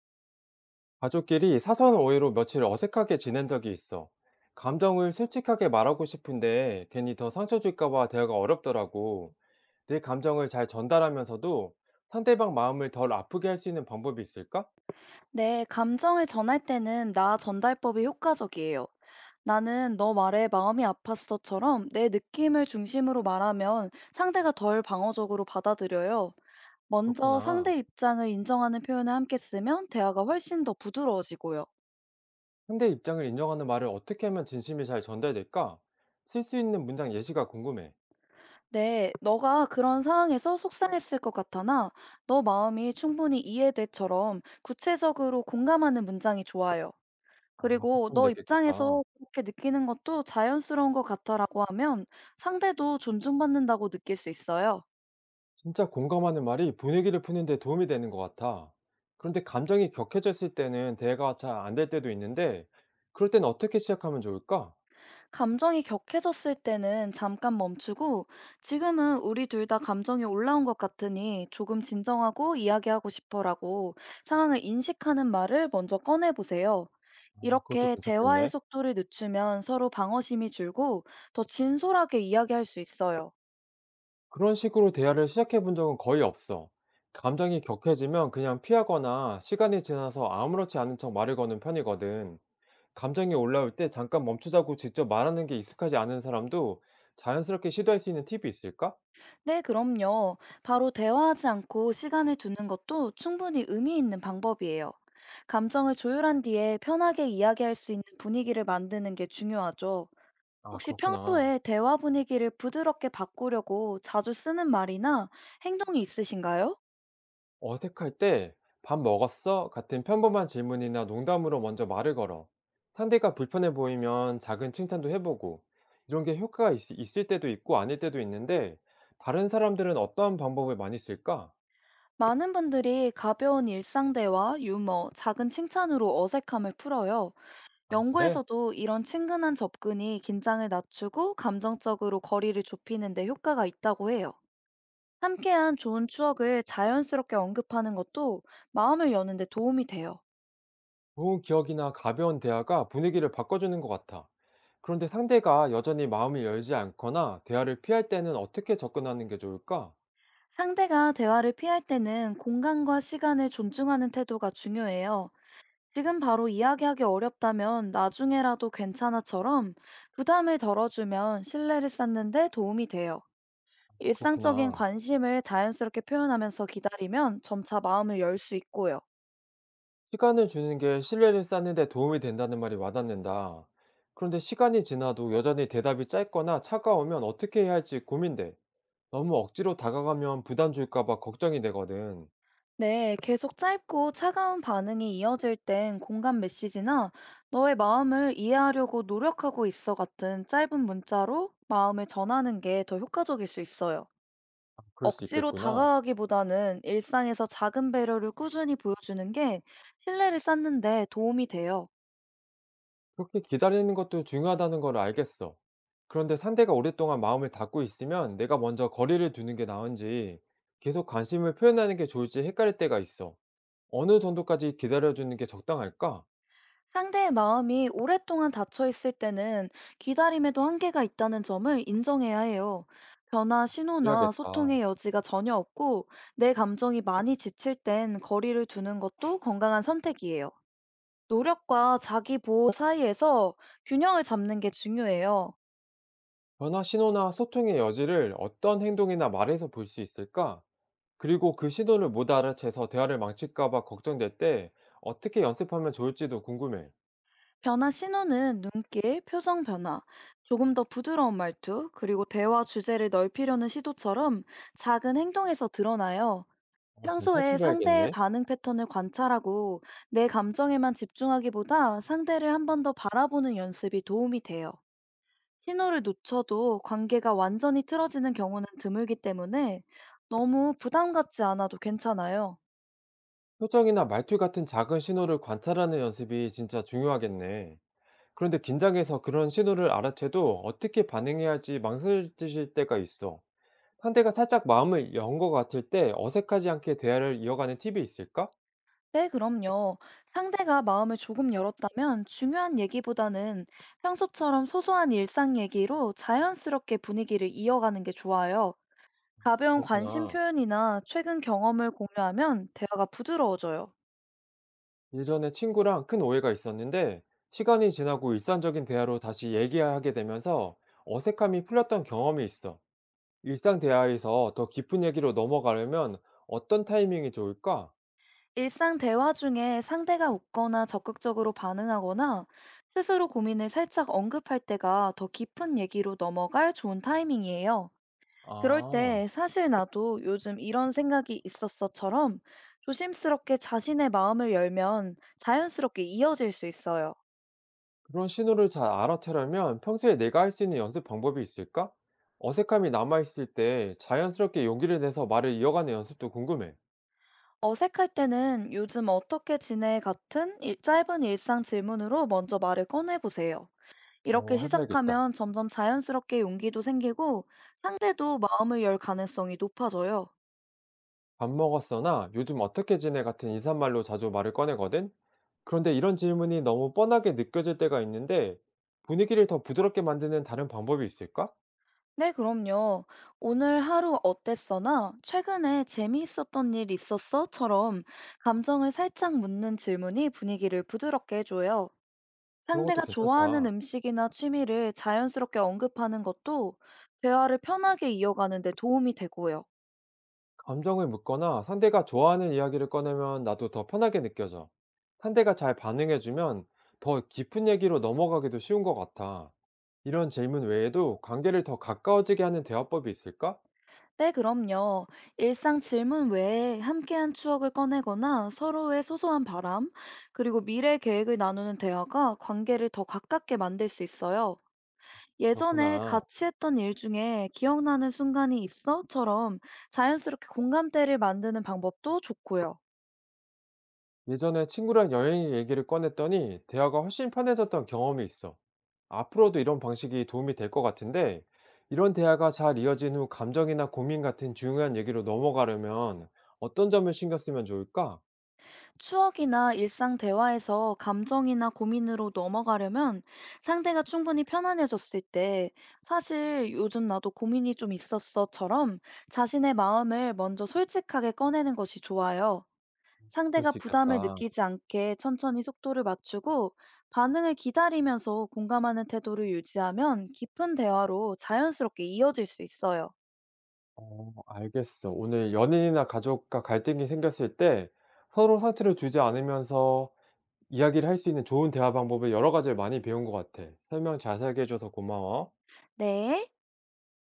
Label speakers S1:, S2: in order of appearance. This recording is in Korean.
S1: 가족끼리 사소한 오해로 며칠 어색하게 지낸 적이 있어. 감정을 솔직하게 말하고 싶은데 괜히 더 상처 줄까봐 대화가 어렵더라고. 내 감정을 잘 전달하면서도 상대방 마음을 덜 아프게 할 수 있는 방법이 있을까?
S2: 네, 감정을 전할 때는 나 전달법이 효과적이에요. 나는 너 말에 마음이 아팠어처럼 내 느낌을 중심으로 말하면 상대가 덜 방어적으로 받아들여요. 먼저
S1: 그렇구나.
S2: 상대 입장을 인정하는 표현을 함께 쓰면 대화가 훨씬 더 부드러워지고요.
S1: 상대 입장을 인정하는 말을 어떻게 하면 진심이 잘 전달될까? 쓸 수 있는 문장 예시가 궁금해.
S2: 네, 너가 그런 상황에서 속상했을 것 같아나 너 마음이 충분히 이해돼처럼 구체적으로 공감하는 문장이 좋아요.
S1: 아, 그렇게
S2: 그리고
S1: 하면
S2: "너
S1: 되겠다.
S2: 입장에서 그렇게 느끼는 것도 자연스러운 것 같아."라고 하면 상대도 존중받는다고 느낄 수 있어요.
S1: 진짜 공감하는 말이 분위기를 푸는데 도움이 되는 것 같아. 그런데 감정이 격해졌을 때는 대화가 잘 안 될 때도 있는데, 그럴 땐 어떻게 시작하면 좋을까?
S2: 감정이 격해졌을 때는 잠깐 멈추고 "지금은 우리 둘 다 감정이 올라온 것 같으니 조금 진정하고 이야기하고 싶어."라고 상황을 인식하는 말을 먼저 꺼내 보세요.
S1: 아, 그것도
S2: 이렇게 대화의
S1: 괜찮겠네.
S2: 속도를 늦추면 서로 방어심이 줄고 더 진솔하게 이야기할 수 있어요.
S1: 그런 식으로 대화를 시작해 본 적은 거의 없어. 감정이 격해지면 그냥 피하거나 시간이 지나서 아무렇지 않은 척 말을 거는 편이거든. 감정이 올라올 때 잠깐 멈추자고 직접 말하는 게 익숙하지 않은 사람도 자연스럽게 시도할 수 있는 팁이 있을까?
S2: 네, 그럼요. 바로 대화하지 않고 시간을 두는 것도 충분히 의미 있는 방법이에요. 감정을 조율한 뒤에 편하게 이야기할 수 있는 분위기를 만드는 게 중요하죠.
S1: 아,
S2: 혹시
S1: 그렇구나.
S2: 평소에 대화 분위기를 부드럽게 바꾸려고 자주 쓰는 말이나 행동이 있으신가요?
S1: 어색할 때 "밥 먹었어?" 같은 평범한 질문이나 농담으로 먼저 말을 걸어. 상대가 불편해 보이면 작은 칭찬도 해보고 이런 게 효과가 있을 때도 있고 아닐 때도 있는데 다른 사람들은 어떠한 방법을 많이 쓸까?
S2: 많은 분들이 가벼운 일상 대화, 유머, 작은 칭찬으로 어색함을 풀어요.
S1: 아, 그래?
S2: 연구에서도 이런 친근한 접근이 긴장을 낮추고 감정적으로 거리를 좁히는 데 효과가 있다고 해요. 함께한 좋은 추억을 자연스럽게 언급하는 것도 마음을 여는데 도움이 돼요.
S1: 좋은 기억이나 가벼운 대화가 분위기를 바꿔주는 것 같아. 그런데 상대가 여전히 마음을 열지 않거나 대화를 피할 때는 어떻게 접근하는 게 좋을까?
S2: 상대가 대화를 피할 때는 공간과 시간을 존중하는 태도가 중요해요. 지금 바로 이야기하기 어렵다면 나중에라도 괜찮아처럼 부담을 덜어주면 신뢰를 쌓는데 도움이 돼요. 일상적인
S1: 그렇구나.
S2: 관심을 자연스럽게 표현하면서 기다리면 점차 마음을 열 수 있고요.
S1: 시간을 주는 게 신뢰를 쌓는 데 도움이 된다는 말이 와닿는다. 그런데 시간이 지나도 여전히 대답이 짧거나 차가우면 어떻게 해야 할지 고민돼. 너무 억지로 다가가면 부담 줄까 봐 걱정이 되거든.
S2: 네, 계속 짧고 차가운 반응이 이어질 땐 공감 메시지나 너의 마음을 이해하려고 노력하고 있어 같은 짧은 문자로 마음을 전하는 게 더 효과적일 수 있어요.
S1: 아, 그럴 수
S2: 억지로
S1: 있겠구나.
S2: 다가가기보다는 일상에서 작은 배려를 꾸준히 보여주는 게 신뢰를 쌓는 데 도움이 돼요.
S1: 그렇게 기다리는 것도 중요하다는 걸 알겠어. 그런데 상대가 오랫동안 마음을 닫고 있으면 내가 먼저 거리를 두는 게 나은지 계속 관심을 표현하는 게 좋을지 헷갈릴 때가 있어. 어느 정도까지 기다려주는 게 적당할까?
S2: 상대의 마음이 오랫동안 닫혀 있을 때는 기다림에도 한계가 있다는 점을 인정해야 해요. 변화 신호나 소통의
S1: 그래야겠다.
S2: 여지가 전혀 없고 내 감정이 많이 지칠 땐 거리를 두는 것도 건강한 선택이에요. 노력과 자기 보호 사이에서 균형을 잡는 게 중요해요.
S1: 변화 신호나 소통의 여지를 어떤 행동이나 말에서 볼 수 있을까? 그리고 그 신호를 못 알아채서 대화를 망칠까 봐 걱정될 때 어떻게 연습하면 좋을지도 궁금해.
S2: 변화 신호는 눈길, 표정 변화, 조금 더 부드러운 말투, 그리고 대화 주제를 넓히려는 시도처럼 작은 행동에서 드러나요.
S1: 어, 잘
S2: 평소에 상대의
S1: 살펴봐야겠네.
S2: 반응 패턴을 관찰하고 내 감정에만 집중하기보다 상대를 한 번 더 바라보는 연습이 도움이 돼요. 신호를 놓쳐도 관계가 완전히 틀어지는 경우는 드물기 때문에 너무 부담 갖지 않아도 괜찮아요.
S1: 표정이나 말투 같은 작은 신호를 관찰하는 연습이 진짜 중요하겠네. 그런데 긴장해서 그런 신호를 알아채도 어떻게 반응해야 할지 망설여질 때가 있어. 상대가 살짝 마음을 연 것 같을 때 어색하지 않게 대화를 이어가는 팁이 있을까?
S2: 네, 그럼요. 상대가 마음을 조금 열었다면 중요한 얘기보다는 평소처럼 소소한 일상 얘기로 자연스럽게 분위기를 이어가는 게 좋아요. 가벼운 관심
S1: 그렇구나.
S2: 표현이나 최근 경험을 공유하면 대화가 부드러워져요.
S1: 예전에 친구랑 큰 오해가 있었는데 시간이 지나고 일상적인 대화로 다시 얘기하게 되면서 어색함이 풀렸던 경험이 있어. 일상 대화에서 더 깊은 얘기로 넘어가려면 어떤 타이밍이 좋을까?
S2: 일상 대화 중에 상대가 웃거나 적극적으로 반응하거나 스스로 고민을 살짝 언급할 때가 더 깊은 얘기로 넘어갈 좋은 타이밍이에요. 그럴
S1: 아,
S2: 때 사실 나도 요즘 이런 생각이 있었어처럼 조심스럽게 자신의 마음을 열면 자연스럽게 이어질 수 있어요.
S1: 그런 신호를 잘 알아채려면 평소에 내가 할 수 있는 연습 방법이 있을까? 어색함이 남아있을 때 자연스럽게 용기를 내서 말을 이어가는 연습도 궁금해.
S2: 어색할 때는 요즘 어떻게 지내 같은 짧은 일상 질문으로 먼저 말을 꺼내보세요. 이렇게
S1: 어, 해봐야겠다.
S2: 시작하면 점점 자연스럽게 용기도 생기고 상대도 마음을 열 가능성이 높아져요.
S1: 밥 먹었어나 요즘 어떻게 지내 같은 인사말로 자주 말을 꺼내거든? 그런데 이런 질문이 너무 뻔하게 느껴질 때가 있는데 분위기를 더 부드럽게 만드는 다른 방법이 있을까?
S2: 네, 그럼요. 오늘 하루 어땠어나 최근에 재미있었던 일 있었어?처럼 감정을 살짝 묻는 질문이 분위기를 부드럽게 해줘요.
S1: 그런 것도
S2: 상대가 좋아하는
S1: 괜찮다.
S2: 음식이나 취미를 자연스럽게 언급하는 것도 대화를 편하게 이어가는 데 도움이 되고요.
S1: 감정을 묻거나 상대가 좋아하는 이야기를 꺼내면 나도 더 편하게 느껴져. 상대가 잘 반응해주면 더 깊은 얘기로 넘어가기도 쉬운 것 같아. 이런 질문 외에도 관계를 더 가까워지게 하는 대화법이 있을까?
S2: 네, 그럼요. 일상 질문 외에 함께한 추억을 꺼내거나 서로의 소소한 바람, 그리고 미래 계획을 나누는 대화가 관계를 더 가깝게 만들 수 있어요. 예전에
S1: 그렇구나.
S2: 같이 했던 일 중에 기억나는 순간이 있어?처럼 자연스럽게 공감대를 만드는 방법도 좋고요.
S1: 예전에 친구랑 여행 얘기를 꺼냈더니 대화가 훨씬 편해졌던 경험이 있어. 앞으로도 이런 방식이 도움이 될 것 같은데, 이런 대화가 잘 이어진 후 감정이나 고민 같은 중요한 얘기로 넘어가려면 어떤 점을 신경 쓰면 좋을까?
S2: 추억이나 일상 대화에서 감정이나 고민으로 넘어가려면 상대가 충분히 편안해졌을 때 사실 요즘 나도 고민이 좀 있었어처럼 자신의 마음을 먼저 솔직하게 꺼내는 것이 좋아요.
S1: 그럴
S2: 상대가
S1: 수
S2: 부담을
S1: 있겠다.
S2: 느끼지 않게 천천히 속도를 맞추고 반응을 기다리면서 공감하는 태도를 유지하면 깊은 대화로 자연스럽게 이어질 수 있어요.
S1: 어, 알겠어. 오늘 연인이나 가족과 갈등이 생겼을 때 서로 상처를 주지 않으면서 이야기를 할 수 있는 좋은 대화 방법을 여러 가지를 많이 배운 것 같아. 설명 자세하게 해줘서 고마워.
S2: 네.